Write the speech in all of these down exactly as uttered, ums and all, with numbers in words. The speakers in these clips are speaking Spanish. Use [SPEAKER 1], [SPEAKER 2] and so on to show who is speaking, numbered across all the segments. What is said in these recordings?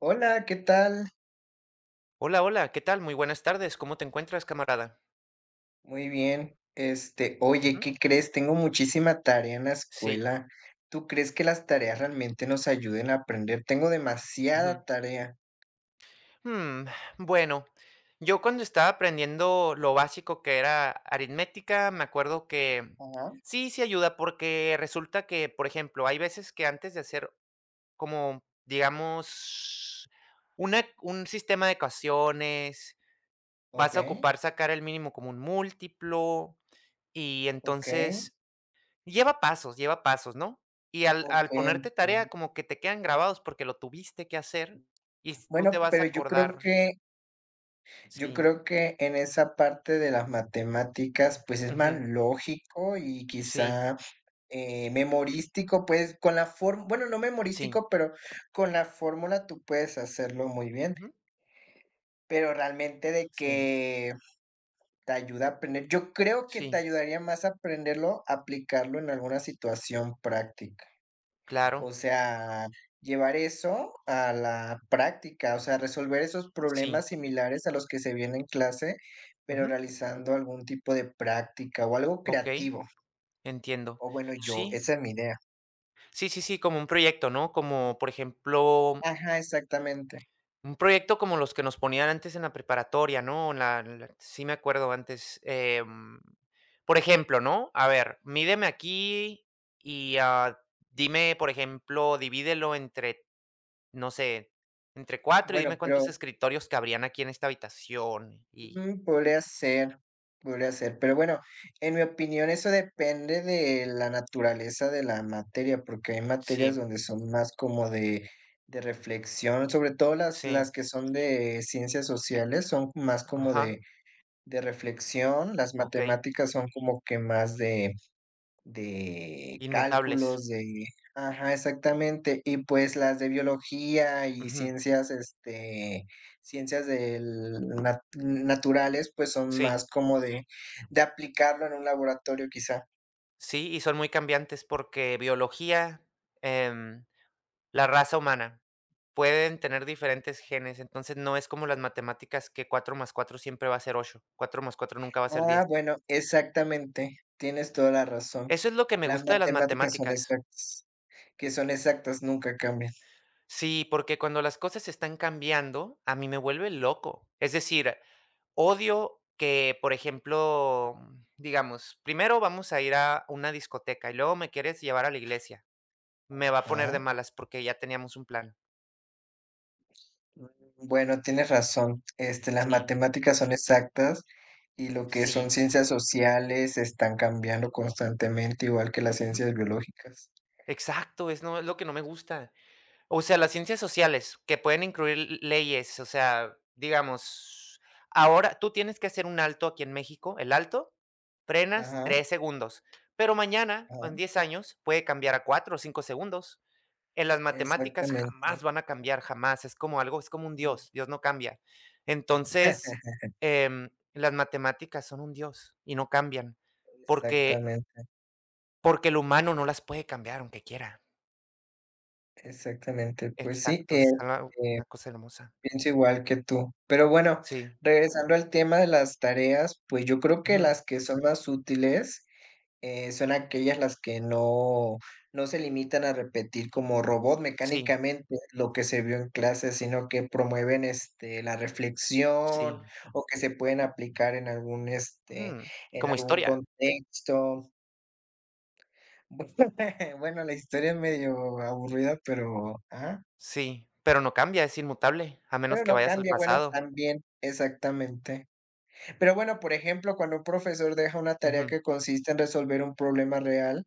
[SPEAKER 1] Hola, ¿qué tal?
[SPEAKER 2] Hola, hola, ¿qué tal? Muy buenas tardes. ¿Cómo te encuentras, camarada?
[SPEAKER 1] Muy bien. Este, oye,
[SPEAKER 2] Ujú.
[SPEAKER 1] ¿qué crees? Tengo muchísima tarea en la
[SPEAKER 2] Sí.
[SPEAKER 1] escuela. ¿Tú crees que las tareas realmente nos ayuden a aprender? Tengo
[SPEAKER 2] Ujú.
[SPEAKER 1] demasiada tarea.
[SPEAKER 2] Mm, bueno, yo cuando estaba aprendiendo lo básico que era aritmética, me acuerdo que
[SPEAKER 1] Ajá.
[SPEAKER 2] sí, sí ayuda porque resulta que, por ejemplo, hay veces que antes de hacer como, digamos, una, un sistema de ecuaciones,
[SPEAKER 1] Ok,
[SPEAKER 2] vas a ocupar sacar el mínimo como un múltiplo y
[SPEAKER 1] ok,
[SPEAKER 2] entonces lleva pasos, lleva pasos, ¿no? Y al
[SPEAKER 1] ok,
[SPEAKER 2] al ponerte tarea,
[SPEAKER 1] entiendo.
[SPEAKER 2] como que te quedan grabados porque lo tuviste que hacer y s tú
[SPEAKER 1] Bueno,
[SPEAKER 2] te vas a
[SPEAKER 1] pero yo creo
[SPEAKER 2] acordar.
[SPEAKER 1] que, yo
[SPEAKER 2] Sí,
[SPEAKER 1] creo que en esa parte de las matemáticas, pues es más
[SPEAKER 2] ujú,
[SPEAKER 1] lógico y
[SPEAKER 2] sí,
[SPEAKER 1] quizá eh, memorístico, pues con la forma, bueno, no
[SPEAKER 2] sí,
[SPEAKER 1] memorístico, pero con la fórmula tú puedes hacerlo muy bien.
[SPEAKER 2] ujú,
[SPEAKER 1] Pero realmente de
[SPEAKER 2] sí,
[SPEAKER 1] que te ayuda a aprender. Yo creo que te
[SPEAKER 2] sí,
[SPEAKER 1] ayudaría más a aprenderlo, aplicarlo en alguna situación práctica. O
[SPEAKER 2] claro,
[SPEAKER 1] sea, llevar eso a la práctica, o sea, resolver esos
[SPEAKER 2] sí,
[SPEAKER 1] problemas similares a los que se vienen en clase, pero
[SPEAKER 2] ujú,
[SPEAKER 1] realizando algún tipo de práctica o algo
[SPEAKER 2] okey,
[SPEAKER 1] creativo.
[SPEAKER 2] entiendo.
[SPEAKER 1] O bueno, yo,
[SPEAKER 2] Sí,
[SPEAKER 1] esa es mi idea.
[SPEAKER 2] sí, sí, sí, como un proyecto, ¿no? Como, por ejemplo.
[SPEAKER 1] Ajá, exactamente.
[SPEAKER 2] Un proyecto como los que nos ponían antes en la preparatoria, ¿no? En La en la sí me acuerdo antes, em, por ejemplo, ¿no? A ver, mídeme aquí y, ah, dime, por ejemplo, divídelo entre, no sé, entre cuatro y dime
[SPEAKER 1] Bueno,
[SPEAKER 2] cuántos
[SPEAKER 1] pero
[SPEAKER 2] escritorios cabrían aquí en esta habitación. Y
[SPEAKER 1] Mm, podría ser, podría ser, pero bueno, en mi opinión eso depende de la naturaleza de la materia, porque hay materias
[SPEAKER 2] sí,
[SPEAKER 1] donde son más como de, de reflexión, sobre todo las,
[SPEAKER 2] sí,
[SPEAKER 1] las que son de ciencias sociales son más como
[SPEAKER 2] ajá,
[SPEAKER 1] de, de reflexión, las
[SPEAKER 2] okey,
[SPEAKER 1] matemáticas son como que más de de
[SPEAKER 2] inmutables.
[SPEAKER 1] cálculos, de... Ajá, exactamente. Y pues las de biología y
[SPEAKER 2] Ujú,
[SPEAKER 1] ciencias, este, ciencias del nat- naturales, pues son más
[SPEAKER 2] sí,
[SPEAKER 1] como de, de aplicarlo en un laboratorio quizá.
[SPEAKER 2] sí, y son muy cambiantes porque biología, em La raza humana. Pueden tener diferentes genes, entonces no es como las matemáticas, que cuatro más cuatro siempre va a ser ocho, cuatro más cuatro nunca va a ser
[SPEAKER 1] Ah,
[SPEAKER 2] diez.
[SPEAKER 1] bueno, exactamente. Tienes toda la razón.
[SPEAKER 2] Eso es lo que me
[SPEAKER 1] Las
[SPEAKER 2] gusta de las
[SPEAKER 1] matemáticas son
[SPEAKER 2] matemáticas.
[SPEAKER 1] exactas, que son exactas, nunca cambian.
[SPEAKER 2] Sí, porque cuando las cosas están cambiando, a mí me vuelve loco. Es decir, odio que, por ejemplo, digamos, primero vamos a ir a una discoteca y luego me quieres llevar a la iglesia. Me va a poner de
[SPEAKER 1] Ajá.
[SPEAKER 2] malas porque ya teníamos un plan.
[SPEAKER 1] Mm, Bueno, tienes razón. Este, las
[SPEAKER 2] Sí,
[SPEAKER 1] matemáticas son exactas y lo que son
[SPEAKER 2] sí.
[SPEAKER 1] ciencias sociales están cambiando constantemente, igual que las
[SPEAKER 2] Ujú.
[SPEAKER 1] ciencias biológicas.
[SPEAKER 2] Exacto, es no es lo que no me gusta. O sea, las ciencias sociales, que pueden incluir l leyes, o sea, digamos, ahora tú tienes que hacer un alto aquí en México. El alto, frenas
[SPEAKER 1] Ajá,
[SPEAKER 2] tres segundos, pero mañana, o
[SPEAKER 1] ajá,
[SPEAKER 2] en diez años, puede cambiar a cuatro o cinco segundos. En las matemáticas
[SPEAKER 1] exactamente.
[SPEAKER 2] jamás van a cambiar, jamás. Es como algo, es como un
[SPEAKER 1] Mm.
[SPEAKER 2] dios. Dios no cambia. Entonces, em, las matemáticas son un dios y no cambian, porque
[SPEAKER 1] Exactamente,
[SPEAKER 2] porque el humano no las puede cambiar aunque quiera.
[SPEAKER 1] exactamente. Pues sí,
[SPEAKER 2] Exacto,
[SPEAKER 1] eh,
[SPEAKER 2] es algo
[SPEAKER 1] eh,
[SPEAKER 2] una cosa hermosa.
[SPEAKER 1] pienso igual que tú. Pero bueno,
[SPEAKER 2] Sí.
[SPEAKER 1] regresando al tema de las tareas, pues yo creo que
[SPEAKER 2] Ujú.
[SPEAKER 1] las que son más útiles Eh, son aquellas las que no no se limitan a repetir como robot
[SPEAKER 2] Sí,
[SPEAKER 1] mecánicamente lo que se vio en clase, sino que promueven, este, la reflexión
[SPEAKER 2] sí.
[SPEAKER 1] o que se pueden aplicar en algún, este,
[SPEAKER 2] Mm,
[SPEAKER 1] en
[SPEAKER 2] como
[SPEAKER 1] algún
[SPEAKER 2] historia.
[SPEAKER 1] contexto. Bueno, la historia es medio aburrida, pero ah
[SPEAKER 2] Sí, pero no cambia, es inmutable, a menos
[SPEAKER 1] pero
[SPEAKER 2] que
[SPEAKER 1] no
[SPEAKER 2] vayas al
[SPEAKER 1] cambia, bueno,
[SPEAKER 2] pasado.
[SPEAKER 1] también exactamente. Pero bueno, por ejemplo, cuando un profesor deja una tarea
[SPEAKER 2] Ujú,
[SPEAKER 1] que consiste en resolver un problema real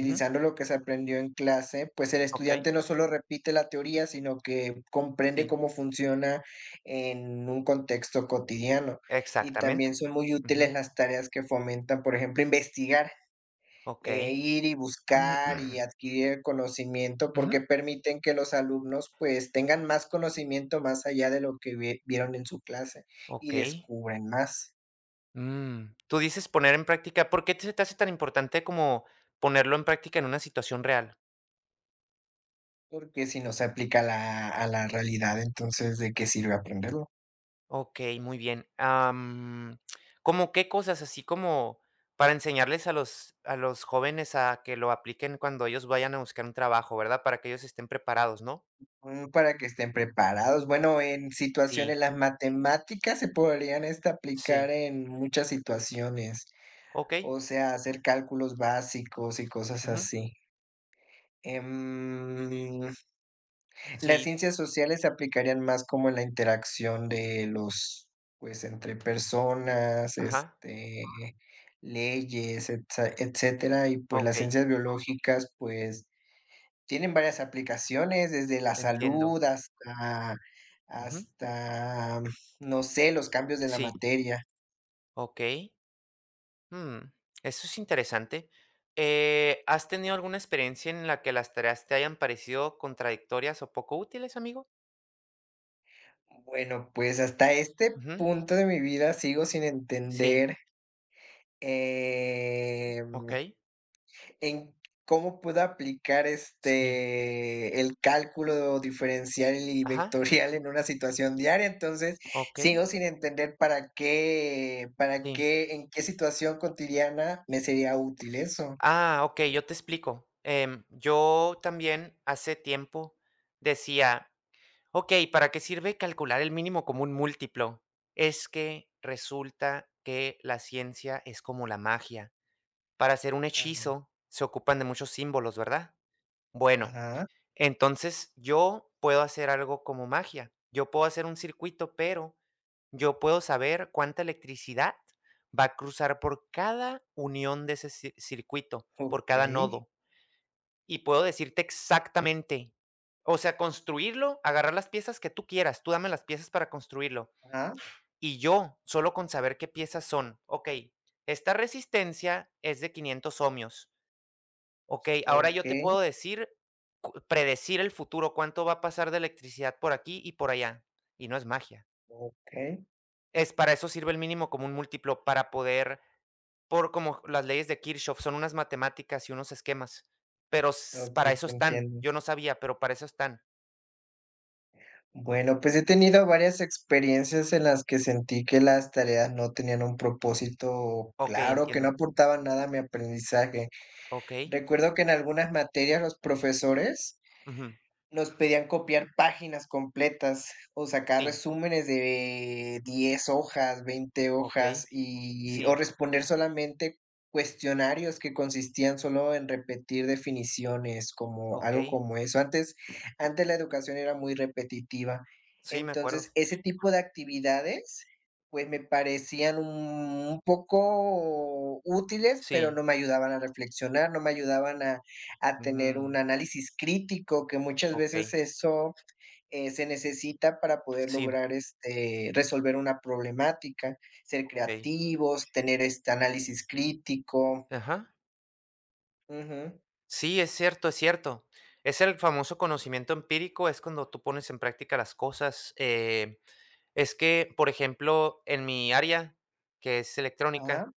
[SPEAKER 2] ujú,
[SPEAKER 1] lo que se aprendió en clase, pues el
[SPEAKER 2] okey,
[SPEAKER 1] estudiante no solo repite la teoría, sino que comprende
[SPEAKER 2] sí,
[SPEAKER 1] cómo funciona en un contexto cotidiano. Y
[SPEAKER 2] exactamente.
[SPEAKER 1] también son muy
[SPEAKER 2] Ujú,
[SPEAKER 1] útiles las tareas que fomentan, por ejemplo, investigar, eh,
[SPEAKER 2] okey.
[SPEAKER 1] ir y buscar y adquirir el conocimiento, porque
[SPEAKER 2] Ujú,
[SPEAKER 1] permiten que los alumnos pues tengan más conocimiento más allá de lo que vi- vieron en su clase y
[SPEAKER 2] okey.
[SPEAKER 1] descubren más.
[SPEAKER 2] Mm, tú dices poner en práctica. ¿Por qué se te hace tan importante como ponerlo en práctica en una situación real?
[SPEAKER 1] Porque si no se aplica a la a la realidad, entonces, ¿de qué sirve aprenderlo?
[SPEAKER 2] Okey, muy bien. Am, ¿cómo qué cosas? Así como para enseñarles a los a los jóvenes a que lo apliquen cuando ellos vayan a buscar un trabajo, ¿verdad? Para que ellos estén preparados, ¿no?
[SPEAKER 1] Mm, para que estén preparados. Bueno, en
[SPEAKER 2] Sí,
[SPEAKER 1] situaciones las matemáticas se podrían, este, aplicar
[SPEAKER 2] sí.
[SPEAKER 1] en muchas situaciones,
[SPEAKER 2] Okey.
[SPEAKER 1] o sea, hacer cálculos básicos y cosas
[SPEAKER 2] Ujú.
[SPEAKER 1] así. Em, las
[SPEAKER 2] Sí,
[SPEAKER 1] ciencias sociales se aplicarían más como en la interacción de los, pues, entre personas,
[SPEAKER 2] ajá.
[SPEAKER 1] este, leyes, etsa etcétera, y, pues, las
[SPEAKER 2] Okey,
[SPEAKER 1] ciencias biológicas, pues Tienen varias aplicaciones, desde la
[SPEAKER 2] entiendo.
[SPEAKER 1] salud hasta
[SPEAKER 2] Ujú.
[SPEAKER 1] hasta, no sé, los cambios de la
[SPEAKER 2] Sí,
[SPEAKER 1] materia.
[SPEAKER 2] okey. Mm, eso es interesante. Eh, ¿has tenido alguna experiencia en la que las tareas te hayan parecido contradictorias o poco útiles, amigo?
[SPEAKER 1] Bueno, pues hasta este
[SPEAKER 2] Ujú.
[SPEAKER 1] punto de mi vida sigo sin
[SPEAKER 2] Sí,
[SPEAKER 1] entender, em,
[SPEAKER 2] okey.
[SPEAKER 1] en cómo puedo aplicar,
[SPEAKER 2] Sí,
[SPEAKER 1] este, el cálculo diferencial y
[SPEAKER 2] ajá.
[SPEAKER 1] vectorial en una situación diaria. Entonces,
[SPEAKER 2] Okey,
[SPEAKER 1] sigo sin entender para qué para
[SPEAKER 2] sí.
[SPEAKER 1] qué en qué situación cotidiana me sería útil eso.
[SPEAKER 2] Ah, okey, yo te explico. Em, yo también hace tiempo decía: "Okey, ¿para qué sirve calcular el mínimo común múltiplo?". Es que resulta que la ciencia es como la magia. Para hacer un
[SPEAKER 1] Ajá.
[SPEAKER 2] hechizo se ocupan de muchos símbolos, ¿verdad? Bueno,
[SPEAKER 1] Ajá.
[SPEAKER 2] entonces yo puedo hacer algo como magia. Yo puedo hacer un circuito, pero yo puedo saber cuánta electricidad va a cruzar por cada unión de ese ci- circuito, por cada
[SPEAKER 1] Okey,
[SPEAKER 2] nodo. Y puedo decirte exactamente, o sea, construirlo, agarrar las piezas que tú quieras. Tú dame las piezas para construirlo.
[SPEAKER 1] ah,
[SPEAKER 2] Y yo, solo con saber qué piezas son, ok, esta resistencia es de 500 ohmios, ok, ahora yo te
[SPEAKER 1] okey,
[SPEAKER 2] puedo decir, cu- predecir el futuro, cuánto va a pasar de electricidad por aquí y por allá. Y no es magia.
[SPEAKER 1] okey,
[SPEAKER 2] Es para eso sirve el mínimo común múltiplo, para poder, por como las leyes de Kirchhoff, son unas matemáticas y unos esquemas, pero s
[SPEAKER 1] okey,
[SPEAKER 2] para eso
[SPEAKER 1] te
[SPEAKER 2] están.
[SPEAKER 1] entiendo.
[SPEAKER 2] Yo no sabía, pero para eso están.
[SPEAKER 1] Bueno, pues he tenido varias experiencias en las que sentí que las tareas no tenían un propósito
[SPEAKER 2] Okey,
[SPEAKER 1] claro, que no
[SPEAKER 2] entiendo.
[SPEAKER 1] aportaban nada a mi aprendizaje.
[SPEAKER 2] Okey.
[SPEAKER 1] Recuerdo que en algunas materias los profesores
[SPEAKER 2] Ujú.
[SPEAKER 1] nos pedían copiar páginas completas o sacar
[SPEAKER 2] Sí.
[SPEAKER 1] resúmenes de diez hojas, veinte hojas
[SPEAKER 2] Okey.
[SPEAKER 1] y o
[SPEAKER 2] Sí.
[SPEAKER 1] responder solamente cuestionarios que consistían solo en repetir definiciones, como algo
[SPEAKER 2] Okey.
[SPEAKER 1] como eso. Antes antes la educación era muy repetitiva.
[SPEAKER 2] Sí, me acuerdo.
[SPEAKER 1] Entonces, ese tipo de actividades, pues, me parecían un poco útiles, pero
[SPEAKER 2] Sí.
[SPEAKER 1] no me ayudaban a reflexionar, no me ayudaban a a tener un
[SPEAKER 2] Mm,
[SPEAKER 1] análisis crítico, que muchas veces
[SPEAKER 2] okey.
[SPEAKER 1] eso, eh, se necesita para poder
[SPEAKER 2] Sí,
[SPEAKER 1] lograr, este, resolver una problemática, ser
[SPEAKER 2] okey.
[SPEAKER 1] creativos, tener este análisis crítico.
[SPEAKER 2] Ajá.
[SPEAKER 1] Ujú.
[SPEAKER 2] Sí, es cierto, es cierto. Es el famoso conocimiento empírico, es cuando tú pones en práctica las cosas, eh Es que, por ejemplo, en mi área, que es electrónica,
[SPEAKER 1] Ajá.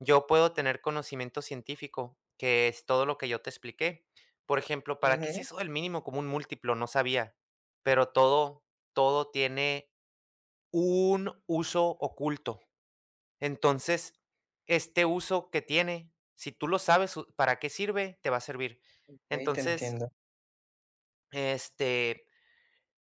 [SPEAKER 2] yo puedo tener conocimiento científico, que es todo lo que yo te expliqué. Por ejemplo, ¿para qué es
[SPEAKER 1] Ujú.
[SPEAKER 2] eso del mínimo común múltiplo? No sabía, pero todo, todo tiene un uso oculto. Entonces, este uso que tiene, si tú lo sabes, u- para qué sirve, te va a servir.
[SPEAKER 1] Okey, te
[SPEAKER 2] Entonces,
[SPEAKER 1] entiendo.
[SPEAKER 2] este,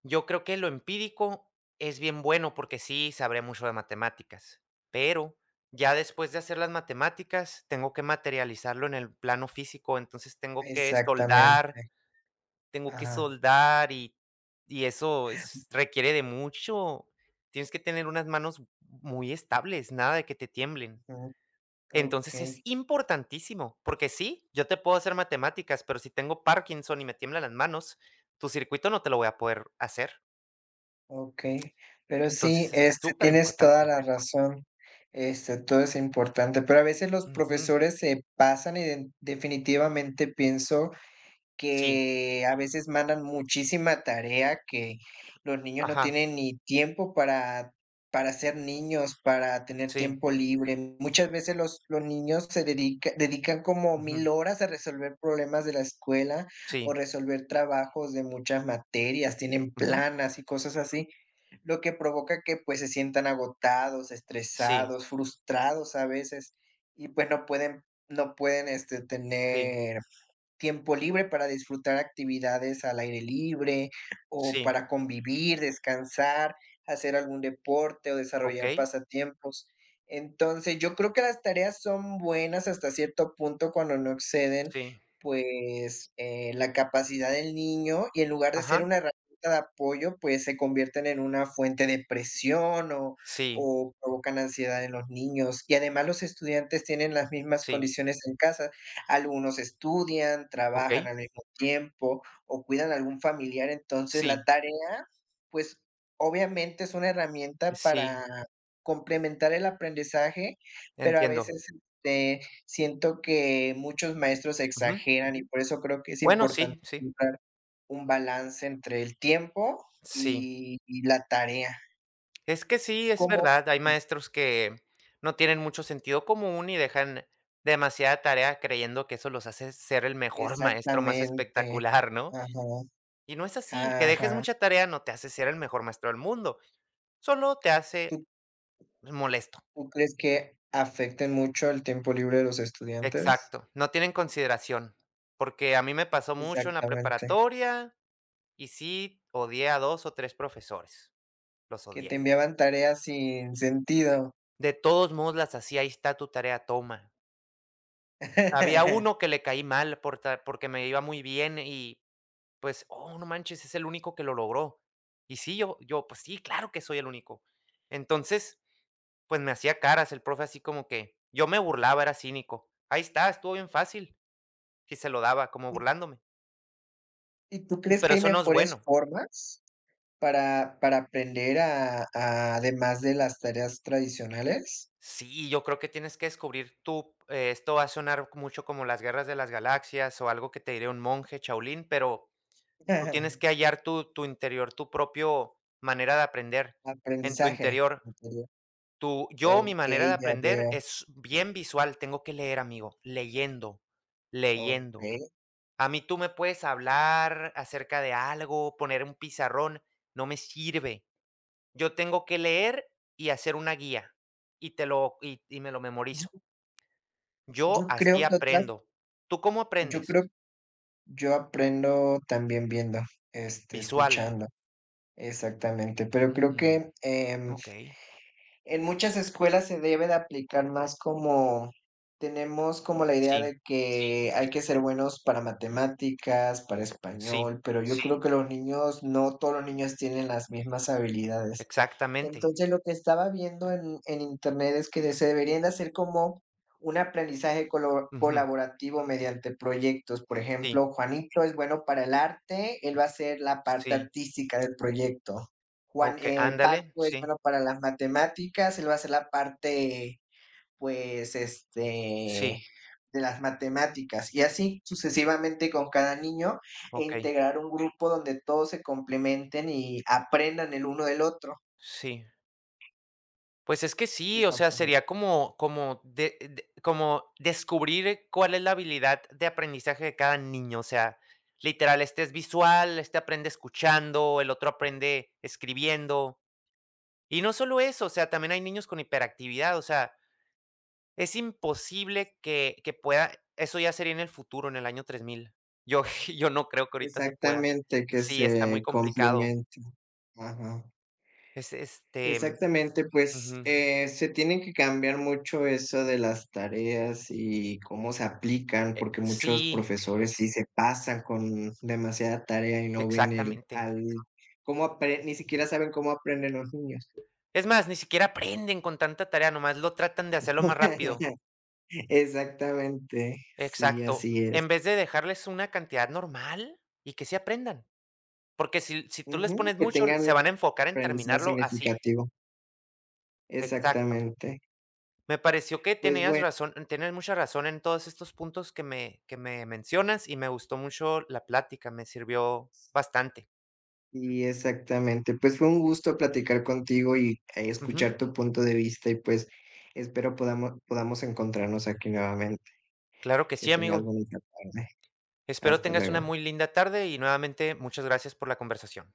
[SPEAKER 2] yo creo que lo empírico es bien bueno porque sí sabré mucho de matemáticas, pero ya después de hacer las matemáticas tengo que materializarlo en el plano físico. Entonces tengo que soldar,
[SPEAKER 1] Exactamente.
[SPEAKER 2] tengo que
[SPEAKER 1] Ajá.
[SPEAKER 2] soldar y y eso es requiere de mucho. Tienes que tener unas manos muy estables, nada de que te tiemblen.
[SPEAKER 1] Ujú.
[SPEAKER 2] Entonces
[SPEAKER 1] Okey,
[SPEAKER 2] es importantísimo, porque sí, yo te puedo hacer matemáticas, pero si tengo Parkinson y me tiemblan las manos, tu circuito no te lo voy a poder hacer.
[SPEAKER 1] okey. Pero sí,
[SPEAKER 2] Entonces, es
[SPEAKER 1] este, tienes toda
[SPEAKER 2] superimportante.
[SPEAKER 1] la razón. Este, todo es importante, pero a veces los
[SPEAKER 2] Ujú.
[SPEAKER 1] profesores se pasan y de definitivamente pienso
[SPEAKER 2] Sí,
[SPEAKER 1] que a veces mandan muchísima tarea que los niños no
[SPEAKER 2] ajá,
[SPEAKER 1] tienen ni tiempo para, para ser niños, para tener
[SPEAKER 2] sí,
[SPEAKER 1] tiempo libre. Muchas veces los, los niños se dedica- dedican como
[SPEAKER 2] ujú,
[SPEAKER 1] mil horas a resolver problemas de la escuela o
[SPEAKER 2] sí,
[SPEAKER 1] resolver trabajos de muchas materias, tienen
[SPEAKER 2] ujú,
[SPEAKER 1] planas y cosas así, lo que provoca que pues se sientan agotados,
[SPEAKER 2] sí,
[SPEAKER 1] estresados, frustrados a veces y pues no pueden, no pueden este,
[SPEAKER 2] sí,
[SPEAKER 1] tener tiempo libre para disfrutar actividades al aire libre o
[SPEAKER 2] sí,
[SPEAKER 1] para convivir, descansar, hacer algún deporte o desarrollar
[SPEAKER 2] okey,
[SPEAKER 1] pasatiempos. Entonces, yo creo que las tareas son buenas hasta cierto punto cuando no exceden,
[SPEAKER 2] sí,
[SPEAKER 1] pues, eh, la capacidad del niño y en lugar de ser
[SPEAKER 2] ajá,
[SPEAKER 1] una herramienta de apoyo, pues, se convierten en una fuente de presión o
[SPEAKER 2] sí,
[SPEAKER 1] o provocan ansiedad en los niños. Y además los estudiantes tienen las mismas
[SPEAKER 2] sí,
[SPEAKER 1] condiciones en casa. Algunos estudian, trabajan al
[SPEAKER 2] okey,
[SPEAKER 1] mismo tiempo o cuidan a algún familiar, entonces la
[SPEAKER 2] sí,
[SPEAKER 1] tarea, pues, obviamente es una herramienta para
[SPEAKER 2] sí,
[SPEAKER 1] complementar el aprendizaje, pero a
[SPEAKER 2] entiendo.
[SPEAKER 1] veces, este, siento que muchos maestros
[SPEAKER 2] Ujú.
[SPEAKER 1] exageran y por eso creo que es
[SPEAKER 2] Bueno,
[SPEAKER 1] importante
[SPEAKER 2] sí, sí,
[SPEAKER 1] encontrar un balance entre el tiempo
[SPEAKER 2] sí.
[SPEAKER 1] y y la tarea.
[SPEAKER 2] Es que sí, es
[SPEAKER 1] ¿Cómo?
[SPEAKER 2] verdad, hay maestros que no tienen mucho sentido común y dejan demasiada tarea, creyendo que eso los hace ser el mejor maestro, más
[SPEAKER 1] Exactamente.
[SPEAKER 2] espectacular, ¿no?
[SPEAKER 1] Ajá,
[SPEAKER 2] Y no es así, que dejes
[SPEAKER 1] ajá.
[SPEAKER 2] mucha tarea no te hace ser el mejor maestro del mundo, solo te
[SPEAKER 1] ¿Tú
[SPEAKER 2] hace molesto.
[SPEAKER 1] ¿Tú crees que afecten mucho el tiempo libre de los estudiantes?
[SPEAKER 2] Exacto, no tienen consideración, porque a mí me pasó mucho en la
[SPEAKER 1] Exactamente,
[SPEAKER 2] preparatoria y sí odié a dos o tres profesores, los
[SPEAKER 1] que te
[SPEAKER 2] odié.
[SPEAKER 1] enviaban tareas sin sentido.
[SPEAKER 2] De todos modos las hacía, ahí está tu tarea, toma. Había uno que le caí mal por ta porque me iba muy bien y, pues, oh, no manches, es el único que lo logró. Y sí, yo yo, pues sí, claro que soy el único. Entonces pues me hacía caras el profe, así como que yo me burlaba, era cínico. Ahí está, estuvo bien fácil. Y se lo daba como
[SPEAKER 1] ¿Y
[SPEAKER 2] burlándome.
[SPEAKER 1] y tú
[SPEAKER 2] Y
[SPEAKER 1] crees
[SPEAKER 2] pero
[SPEAKER 1] que hay
[SPEAKER 2] eso no es
[SPEAKER 1] mejores
[SPEAKER 2] bueno.
[SPEAKER 1] formas para para aprender a a además de las tareas tradicionales?
[SPEAKER 2] Sí, yo creo que tienes que descubrir tú, eh, esto va a sonar mucho como las guerras de las galaxias o algo que te diría un monje Shaolin, pero tú tienes que hallar tu tu interior, tu propio manera de aprender. En tu
[SPEAKER 1] Aprendizaje
[SPEAKER 2] interior,
[SPEAKER 1] interior.
[SPEAKER 2] tu yo, mi
[SPEAKER 1] Okey,
[SPEAKER 2] manera de
[SPEAKER 1] ya
[SPEAKER 2] aprender
[SPEAKER 1] veo.
[SPEAKER 2] es bien visual, tengo que leer, amigo, leyendo, leyendo.
[SPEAKER 1] Okey.
[SPEAKER 2] A mí tú me puedes hablar acerca de algo, poner un pizarrón, no me sirve. Yo tengo que leer y hacer una guía y te lo y y me lo memorizo.
[SPEAKER 1] Yo
[SPEAKER 2] Yo
[SPEAKER 1] yo
[SPEAKER 2] así
[SPEAKER 1] creo que otras
[SPEAKER 2] aprendo. ¿Tú cómo
[SPEAKER 1] yo
[SPEAKER 2] aprendes?
[SPEAKER 1] creo yo aprendo también viendo, este,
[SPEAKER 2] Visual.
[SPEAKER 1] escuchando. Exactamente, pero creo
[SPEAKER 2] Mm,
[SPEAKER 1] que em,
[SPEAKER 2] okey.
[SPEAKER 1] en muchas escuelas se debe de aplicar más como tenemos como la idea de
[SPEAKER 2] Sí,
[SPEAKER 1] que hay que ser buenos para matemáticas, para
[SPEAKER 2] sí,
[SPEAKER 1] español, pero yo creo que los niños, no todos los niños tienen las mismas habilidades.
[SPEAKER 2] exactamente.
[SPEAKER 1] Entonces lo que estaba viendo en, en internet es que se deberían de hacer como un aprendizaje colo-
[SPEAKER 2] Ujú.
[SPEAKER 1] colaborativo mediante proyectos. Por
[SPEAKER 2] Sí,
[SPEAKER 1] ejemplo, Juanito es bueno para el arte, él va a hacer la parte
[SPEAKER 2] sí.
[SPEAKER 1] artística del proyecto. Juan,
[SPEAKER 2] Okey,
[SPEAKER 1] eh,
[SPEAKER 2] ándale,
[SPEAKER 1] Paco es
[SPEAKER 2] sí,
[SPEAKER 1] bueno para las matemáticas, él va a hacer la parte, pues, este,
[SPEAKER 2] sí,
[SPEAKER 1] de las matemáticas y así sucesivamente con cada niño e
[SPEAKER 2] okey,
[SPEAKER 1] integrar un grupo donde todos se complementen y aprendan el uno del otro.
[SPEAKER 2] sí. Pues es que sí, o sea,
[SPEAKER 1] Exactamente,
[SPEAKER 2] sería como como de de como descubrir cuál es la habilidad de aprendizaje de cada niño, o sea, literal, este es visual, este aprende escuchando, el otro aprende escribiendo. Y no solo eso, o sea, también hay niños con hiperactividad, o sea, es imposible que que pueda. Eso ya sería en el futuro, en el año tres mil. Yo yo no creo que ahorita se pueda.
[SPEAKER 1] exactamente, que
[SPEAKER 2] Sí, está muy
[SPEAKER 1] se
[SPEAKER 2] complicado.
[SPEAKER 1] complementen. Ajá.
[SPEAKER 2] Es, este
[SPEAKER 1] Exactamente, pues,
[SPEAKER 2] ujú,
[SPEAKER 1] eh, se tiene que cambiar mucho eso de las tareas y cómo se aplican,
[SPEAKER 2] eh,
[SPEAKER 1] porque muchos
[SPEAKER 2] sí,
[SPEAKER 1] profesores sí se pasan con demasiada tarea y no ven el
[SPEAKER 2] exactamente.
[SPEAKER 1] al cómo apre ni siquiera saben cómo aprenden los niños.
[SPEAKER 2] Es más, ni siquiera aprenden con tanta tarea, nomás lo tratan de hacerlo más rápido.
[SPEAKER 1] Exactamente, sí,
[SPEAKER 2] Exacto.
[SPEAKER 1] así es.
[SPEAKER 2] En vez de dejarles una cantidad normal y que sí aprendan, porque si si tú les
[SPEAKER 1] Ujú,
[SPEAKER 2] pones
[SPEAKER 1] que
[SPEAKER 2] mucho,
[SPEAKER 1] tengan
[SPEAKER 2] se van a enfocar en
[SPEAKER 1] aprendizaje
[SPEAKER 2] terminarlo así.
[SPEAKER 1] significativo.
[SPEAKER 2] Exacto.
[SPEAKER 1] Exactamente.
[SPEAKER 2] Me pareció que
[SPEAKER 1] Pues,
[SPEAKER 2] tenías
[SPEAKER 1] bueno.
[SPEAKER 2] razón tienes mucha razón en todos estos puntos que me que me mencionas, y me gustó mucho la plática, me sirvió bastante.
[SPEAKER 1] Sí, exactamente. Pues fue un gusto platicar contigo y, eh,
[SPEAKER 2] Ujú.
[SPEAKER 1] escuchar tu punto de vista y pues espero podamos, podamos encontrarnos aquí nuevamente.
[SPEAKER 2] Claro que
[SPEAKER 1] Que
[SPEAKER 2] sí,
[SPEAKER 1] tengas
[SPEAKER 2] amigo.
[SPEAKER 1] bonita tarde.
[SPEAKER 2] Espero
[SPEAKER 1] Hasta
[SPEAKER 2] tengas una
[SPEAKER 1] luego.
[SPEAKER 2] muy linda tarde y nuevamente muchas gracias por la conversación.